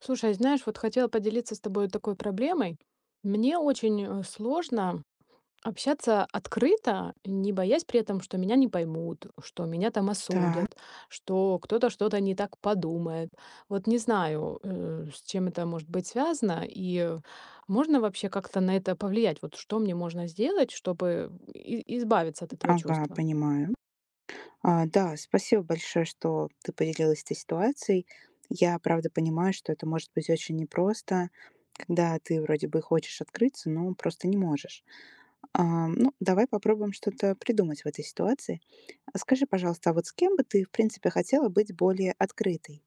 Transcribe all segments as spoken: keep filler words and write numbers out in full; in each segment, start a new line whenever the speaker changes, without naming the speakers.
Слушай, знаешь, вот хотела поделиться с тобой такой проблемой. Мне очень э, сложно общаться открыто, не боясь при этом, что меня не поймут, что меня там
Да,
осудят, что кто-то что-то не так подумает. Вот не знаю, э, с чем это может быть связано, и э, можно вообще как-то на это повлиять? Вот что мне можно сделать, чтобы и- избавиться от этого
ага,
чувства?
понимаю. А, да, спасибо большое, что ты поделилась этой ситуацией. Я, правда, понимаю, что это может быть очень непросто, когда ты вроде бы хочешь открыться, но просто не можешь. А, ну, давай попробуем что-то придумать в этой ситуации. А Скажи, пожалуйста, а вот с кем бы ты, в принципе, хотела быть более открытой?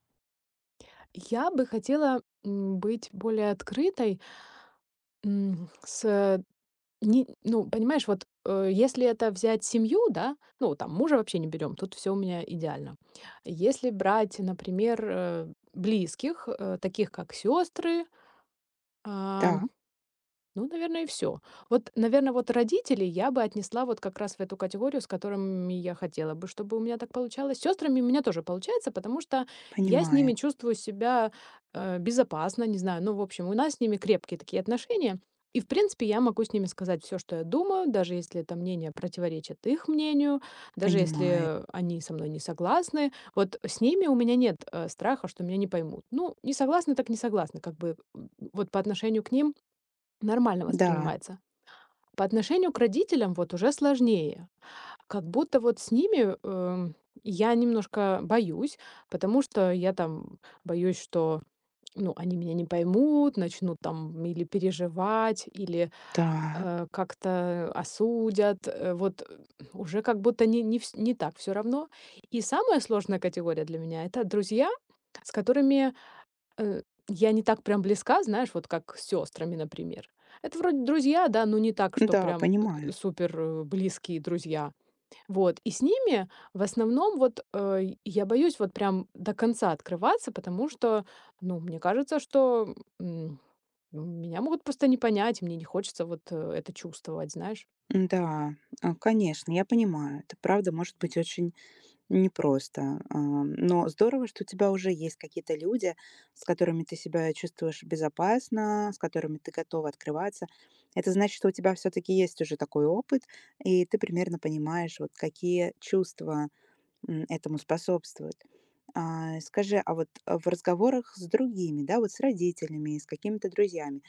Я бы хотела м, быть более открытой м, с Не ну, понимаешь, вот, э, если это взять семью, да, ну, там мужа вообще не берем, тут все у меня идеально. Если брать, например, э, близких, э, таких как сестры. а,
Да,
ну, наверное, и все. Вот, наверное, вот родителей я бы отнесла вот как раз в эту категорию, с которыми я хотела бы, чтобы у меня так получалось. С сестрами у меня тоже получается, потому что я с
понимаю,
ними чувствую себя, э, безопасно, не знаю. Ну, в общем, у нас с ними крепкие такие отношения. И, в принципе, я могу с ними сказать все, что я думаю, даже если это мнение противоречит их мнению, даже
понимаю.
если они со мной не согласны. Вот с ними у меня нет, э, страха, что меня не поймут. Ну, не согласны так не согласны, как бы, м, вот по отношению к ним нормально
Да,
воспринимается. По отношению к родителям вот уже сложнее. Как будто вот с ними, эм, я немножко боюсь, потому что я там боюсь, что, ну, они меня не поймут, начнут там или переживать, или,
да,
э, как-то осудят. Э, вот, э, уже как будто не не вс не так все равно. И самая сложная категория для меня — это друзья, с которыми Э, я не так прям близка, знаешь, вот как с сестрами, например. Это вроде друзья, да, но не так, что
да,
прям,
понимаю.
э, супер, э, близкие друзья. Вот, и с ними в основном вот, э, я боюсь вот прям до конца открываться, потому что, ну, мне кажется, что, м, меня могут просто не понять, мне не хочется вот, э, это чувствовать, знаешь.
Да, а, конечно, я понимаю. Это правда может быть очень непросто, а, но здорово, что у тебя уже есть какие-то люди, с которыми ты себя чувствуешь безопасно, с которыми ты готова открываться. Это значит, что у тебя все-таки есть уже такой опыт, и ты примерно понимаешь, вот какие чувства м, этому способствуют. А, Скажи, а вот э, в разговорах с другими, да, вот с родителями, с какими-то друзьями,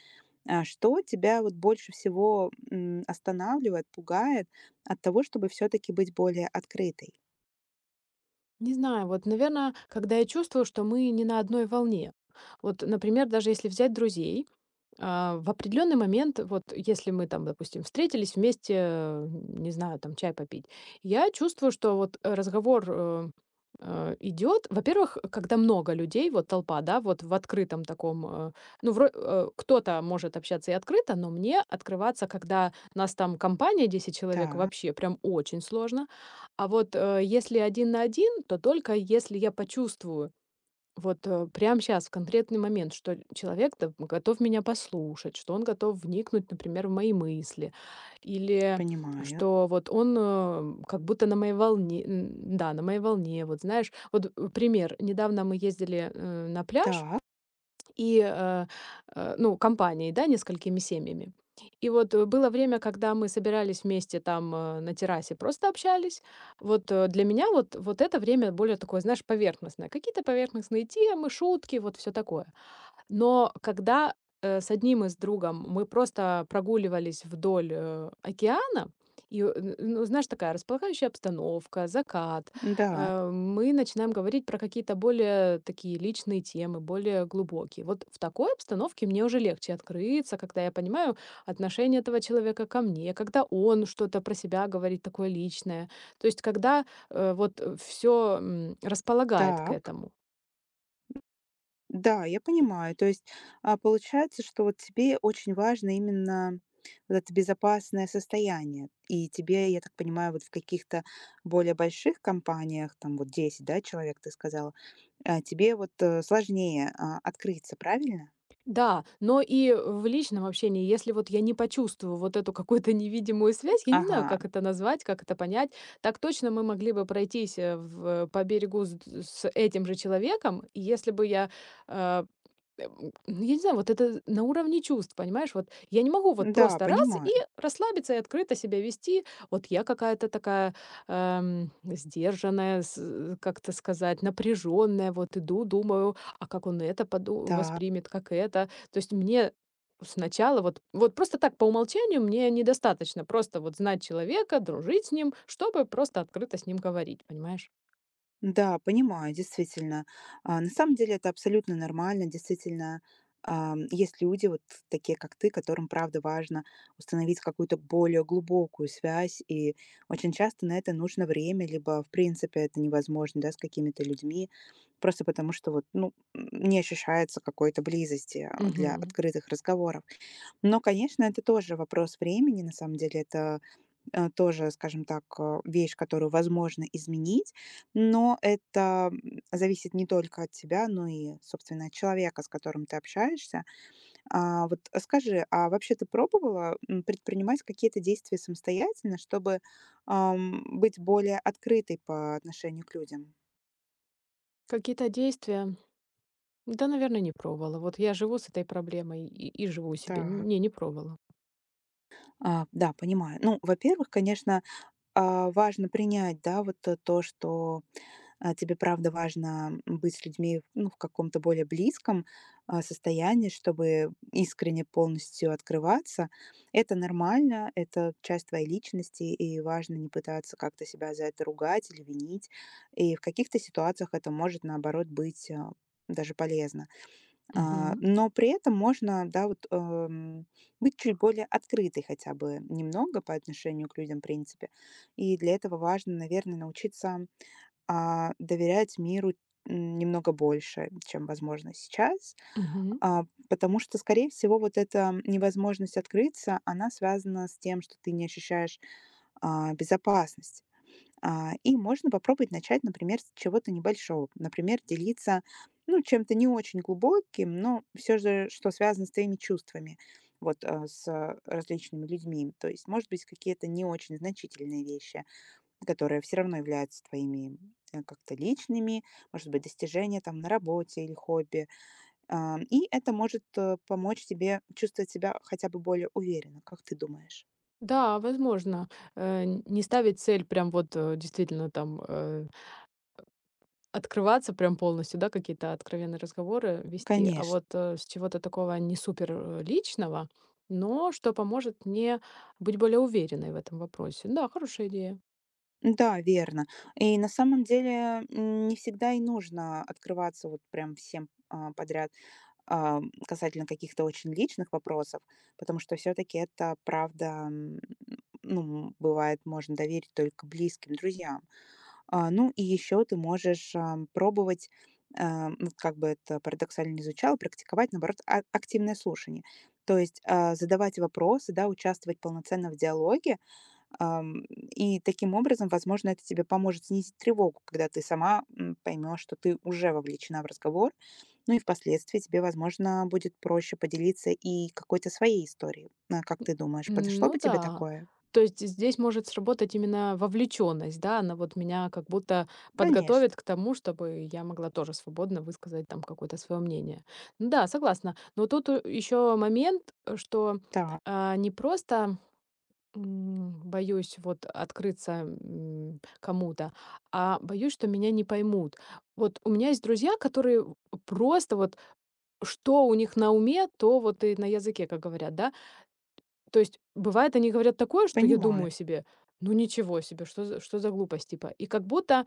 а что тебя вот больше всего м, останавливает, пугает от того, чтобы все-таки быть более открытой?
Не знаю, вот, наверное, когда я чувствую, что мы не на одной волне. Вот, например, даже если взять друзей А, в определенный момент, вот если мы там, допустим, встретились вместе, э, не знаю, там чай попить, я чувствую, что вот э, разговор э, э, идет. Во-первых, когда много людей, вот толпа, да, вот в открытом таком, э, ну, вро- э, кто-то может общаться и открыто, но мне открываться, когда нас там компания десять человек,
Так.
вообще прям очень сложно. А вот э, если один на один, то только если я почувствую, вот, э, прямо щас, в конкретный момент, что человек там готов меня послушать, что он готов вникнуть, например, в мои мысли, или
Понимаю.
что вот он, э, как будто на моей волне, н да, на моей волне. Вот знаешь, вот, э, пример: недавно мы ездили, э, на пляж,
Так,
и, э, э, ну, компанией, да, несколькими семьями. И вот, э, было время, когда мы собирались вместе там, э, на террасе, просто общались. Вот, э, для меня вот вот это время более такое, знаешь, поверхностное. Какие-то поверхностные темы, шутки, вот все такое. Но когда, э, с одним из другом мы просто прогуливались вдоль, э, океана, и, э, н- ну, знаешь, такая располагающая обстановка, закат,
да,
э, мы начинаем говорить про какие-то более такие личные темы, более глубокие. Вот в такой обстановке мне уже легче открыться, когда я понимаю отношение этого человека ко мне, когда он что-то про себя говорит такое личное. То есть когда, э, вот, все располагает к
так.
этому.
Да, я понимаю. То есть, а, получается, что вот тебе очень важно именно вот это безопасное состояние. И тебе, я так понимаю, вот в каких-то более больших компаниях, там вот десять, да, человек, ты сказала, а, тебе вот э, сложнее а, открыться, правильно?
Да, но и в личном общении, если вот я не почувствую вот эту какую-то невидимую связь, я не знаю,
Ага,
как это назвать, как это понять, так точно мы могли бы пройтись э, в, по берегу с, с этим же человеком, и если бы я э, Эм, ну, я не знаю, вот это на уровне чувств, понимаешь? Вот я не могу вот
да,
просто раз и
понимаю.
расслабиться, и открыто себя вести. Вот я какая-то такая эм, сдержанная, с- как то сказать, напряженная. Вот иду, думаю, а как он это поду-
Так.
воспримет, как это. То есть мне сначала вот, вот просто так по умолчанию мне недостаточно просто вот знать человека, дружить с ним, чтобы просто открыто с ним говорить, понимаешь?
Да, понимаю, действительно. А, на самом деле это абсолютно нормально. Действительно, ам, есть люди, вот такие как ты, которым, правда, важно установить какую-то более глубокую связь. И очень часто на это нужно время, либо, в принципе, это невозможно, да, с какими-то людьми, просто потому что вот, ну, м, не ощущается какой-то близости а, для
Мгм.
открытых разговоров. Но, конечно, это тоже вопрос времени, на самом деле, это э, тоже, скажем так, э, вещь, которую возможно изменить, но это м, зависит не только от тебя, но и, собственно, от человека, с которым ты общаешься. А, вот скажи, а вообще ты пробовала м, предпринимать какие-то действия самостоятельно, чтобы ам, быть более открытой по отношению к людям?
Какие-то действия да, наверное, не пробовала. Вот я живу с этой проблемой и и живу себе.
Да,
Не, не пробовала.
А, да, понимаю. Ну, во-первых, конечно, а, важно принять, да, вот то, то, что а, тебе правда важно, быть с людьми, ну, в каком-то более близком, а, состоянии, чтобы искренне полностью открываться. Это нормально, это часть твоей личности, и важно не пытаться как-то себя за это ругать или винить. И в каких-то ситуациях это может, наоборот, быть, а, даже полезно. А,
Мгм,
но при этом можно, да, вот, эм, быть чуть более открытой хотя бы немного по отношению к людям, в принципе. И для этого важно, наверное, научиться а, доверять миру, м, немного больше, чем возможно сейчас.
мгм.
А, потому что, скорее всего, вот эта невозможность открыться, она связана с тем, что ты не ощущаешь, а, безопасность. А, и можно попробовать начать, например, с чего-то небольшого. Например, делиться, ну, чем-то не очень глубоким, но все же, что связано с твоими чувствами, вот, э, с различными людьми. То есть, может быть, какие-то не очень значительные вещи. Которые все равно являются твоими, э, как-то личными, может быть, достижения там на работе или хобби. А, и это может, э, помочь тебе чувствовать себя хотя бы более уверенно, как ты думаешь?
Да, возможно, э, н- не ставить цель прям вот, э, действительно там, э, открываться прям полностью, да, какие-то откровенные разговоры вести, а
Конечно.
вот, э, с чего-то такого не супер, э, личного, но что поможет мне быть более уверенной в этом вопросе. Да, хорошая идея.
Да, верно. И на самом деле, м, не всегда и нужно открываться вот прям всем, а, подряд, а, касательно каких-то очень личных вопросов, потому что все таки это правда, м, ну, бывает, можно доверить только близким, друзьям. А, ну и еще ты можешь, ам, пробовать, а, ну, как бы это парадоксально не звучало, практиковать, наоборот, а- активное слушание. То есть, а, задавать вопросы, да, участвовать полноценно в диалоге, ам, и таким образом, возможно, это тебе поможет снизить тревогу, когда ты сама, поймешь, что ты уже вовлечена в разговор. Ну и впоследствии тебе, возможно, будет проще поделиться и какой-то своей историей. А, как ты думаешь,
М,
подошло бы
ну
тебе
да.
такое?
То есть здесь может сработать именно вовлеченность, да, она вот меня как будто
Конечно.
подготовит к тому, чтобы я могла тоже свободно высказать там какое-то свое мнение. Ну да, согласна. Но тут еще момент, э, что
Так,
а, не просто м, боюсь вот открыться м, кому-то, а боюсь, что меня не поймут. Вот у меня есть друзья, которые просто вот что у них на уме, то вот и на языке, как говорят, да, то есть бывает, они говорят такое, что я
понимаю.
думаю себе: "Ну, ничего себе, что за что за глупость", типа. И как будто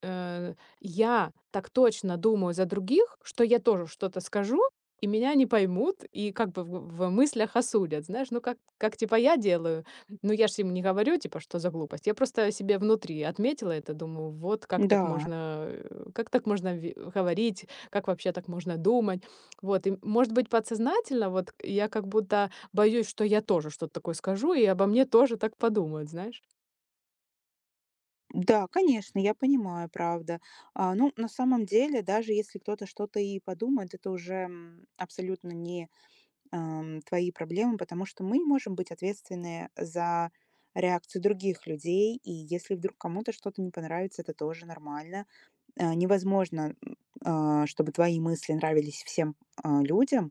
Э, я так точно думаю за других, что я тоже что-то скажу, и меня не поймут, и как бы в в мыслях осудят. Знаешь, ну как как типа я делаю, ну я же им не говорю, типа, что за глупость. Я просто себе внутри отметила это, думаю, вот как так
Да.
можно, э, как так можно ве говорить, как вообще так можно думать. Вот, и, может быть, подсознательно вот я как будто боюсь, что я тоже что-то такое скажу, и обо мне тоже так подумают, знаешь.
Да, конечно, я понимаю, правда. А, ну, на самом деле, даже если кто-то что-то и подумает, это уже м, абсолютно не ам, твои проблемы, потому что мы можем быть ответственны за реакцию других людей, и если вдруг кому-то что-то не понравится, это тоже нормально. А, невозможно, м, а, чтобы твои мысли нравились всем а, людям,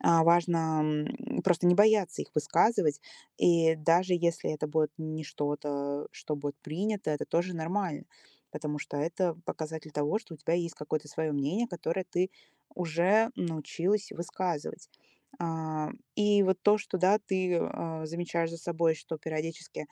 а, важно, м, просто не бояться их высказывать. И даже если это будет не что-то, что будет принято, это тоже нормально, потому что это показатель того, что у тебя есть какое-то свое мнение, которое ты уже научилась высказывать. А, и вот то, что, да, ты, а, замечаешь за собой, что периодически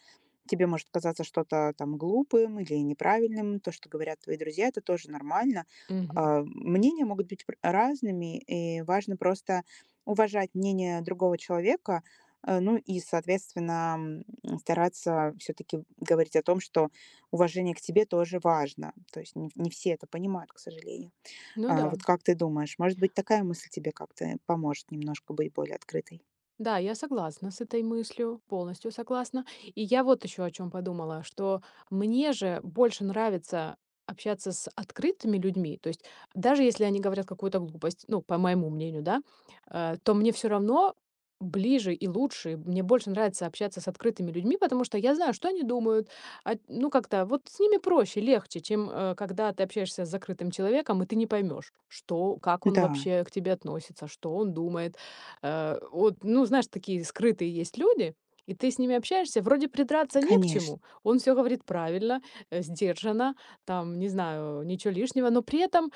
тебе может казаться что-то там глупым или неправильным, то, что говорят твои друзья, это тоже нормально.
Мгм.
А, мнения могут быть пр- разными, и важно просто уважать мнение другого человека, э, ну и, соответственно, м, стараться все-таки говорить о том, что уважение к тебе тоже важно. То есть не, не все это понимают, к сожалению.
Ну
А
да.
вот как ты думаешь, может быть, такая мысль тебе как-то поможет немножко быть более открытой?
Да, я согласна с этой мыслью, полностью согласна. И я вот еще о чем подумала, что мне же больше нравится общаться с открытыми людьми, то есть даже если они говорят какую-то глупость, ну, по моему мнению, да, э, то мне все равно ближе и лучше, мне больше нравится общаться с открытыми людьми, потому что я знаю, что они думают, а, ну, как-то вот с ними проще, легче, чем э, когда ты общаешься с закрытым человеком, и ты не поймешь, что, как он
Да,
вообще к тебе относится, что он думает, Э, вот, ну, знаешь, такие скрытые есть люди, и ты с ними общаешься, вроде придраться не к
конечно,
чему. Он все говорит правильно, э, сдержанно, там, не знаю, ничего лишнего, но при этом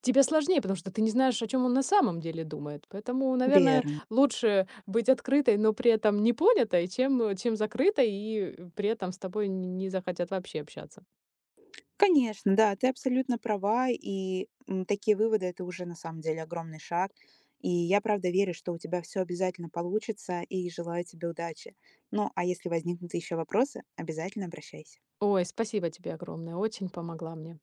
тебе сложнее, потому что ты не знаешь, о чем он на самом деле думает. Поэтому, наверное,
верно.
лучше быть открытой, но при этом не понятой, чем, э, чем закрытой, и э, при этом с тобой н не захотят вообще общаться.
Конечно, да, ты абсолютно права, и м, такие выводы это уже на самом деле огромный шаг. И я правда верю, что у тебя все обязательно получится, и желаю тебе удачи. Ну, а если возникнут еще вопросы, обязательно обращайся.
Ой, спасибо тебе огромное, очень помогла мне.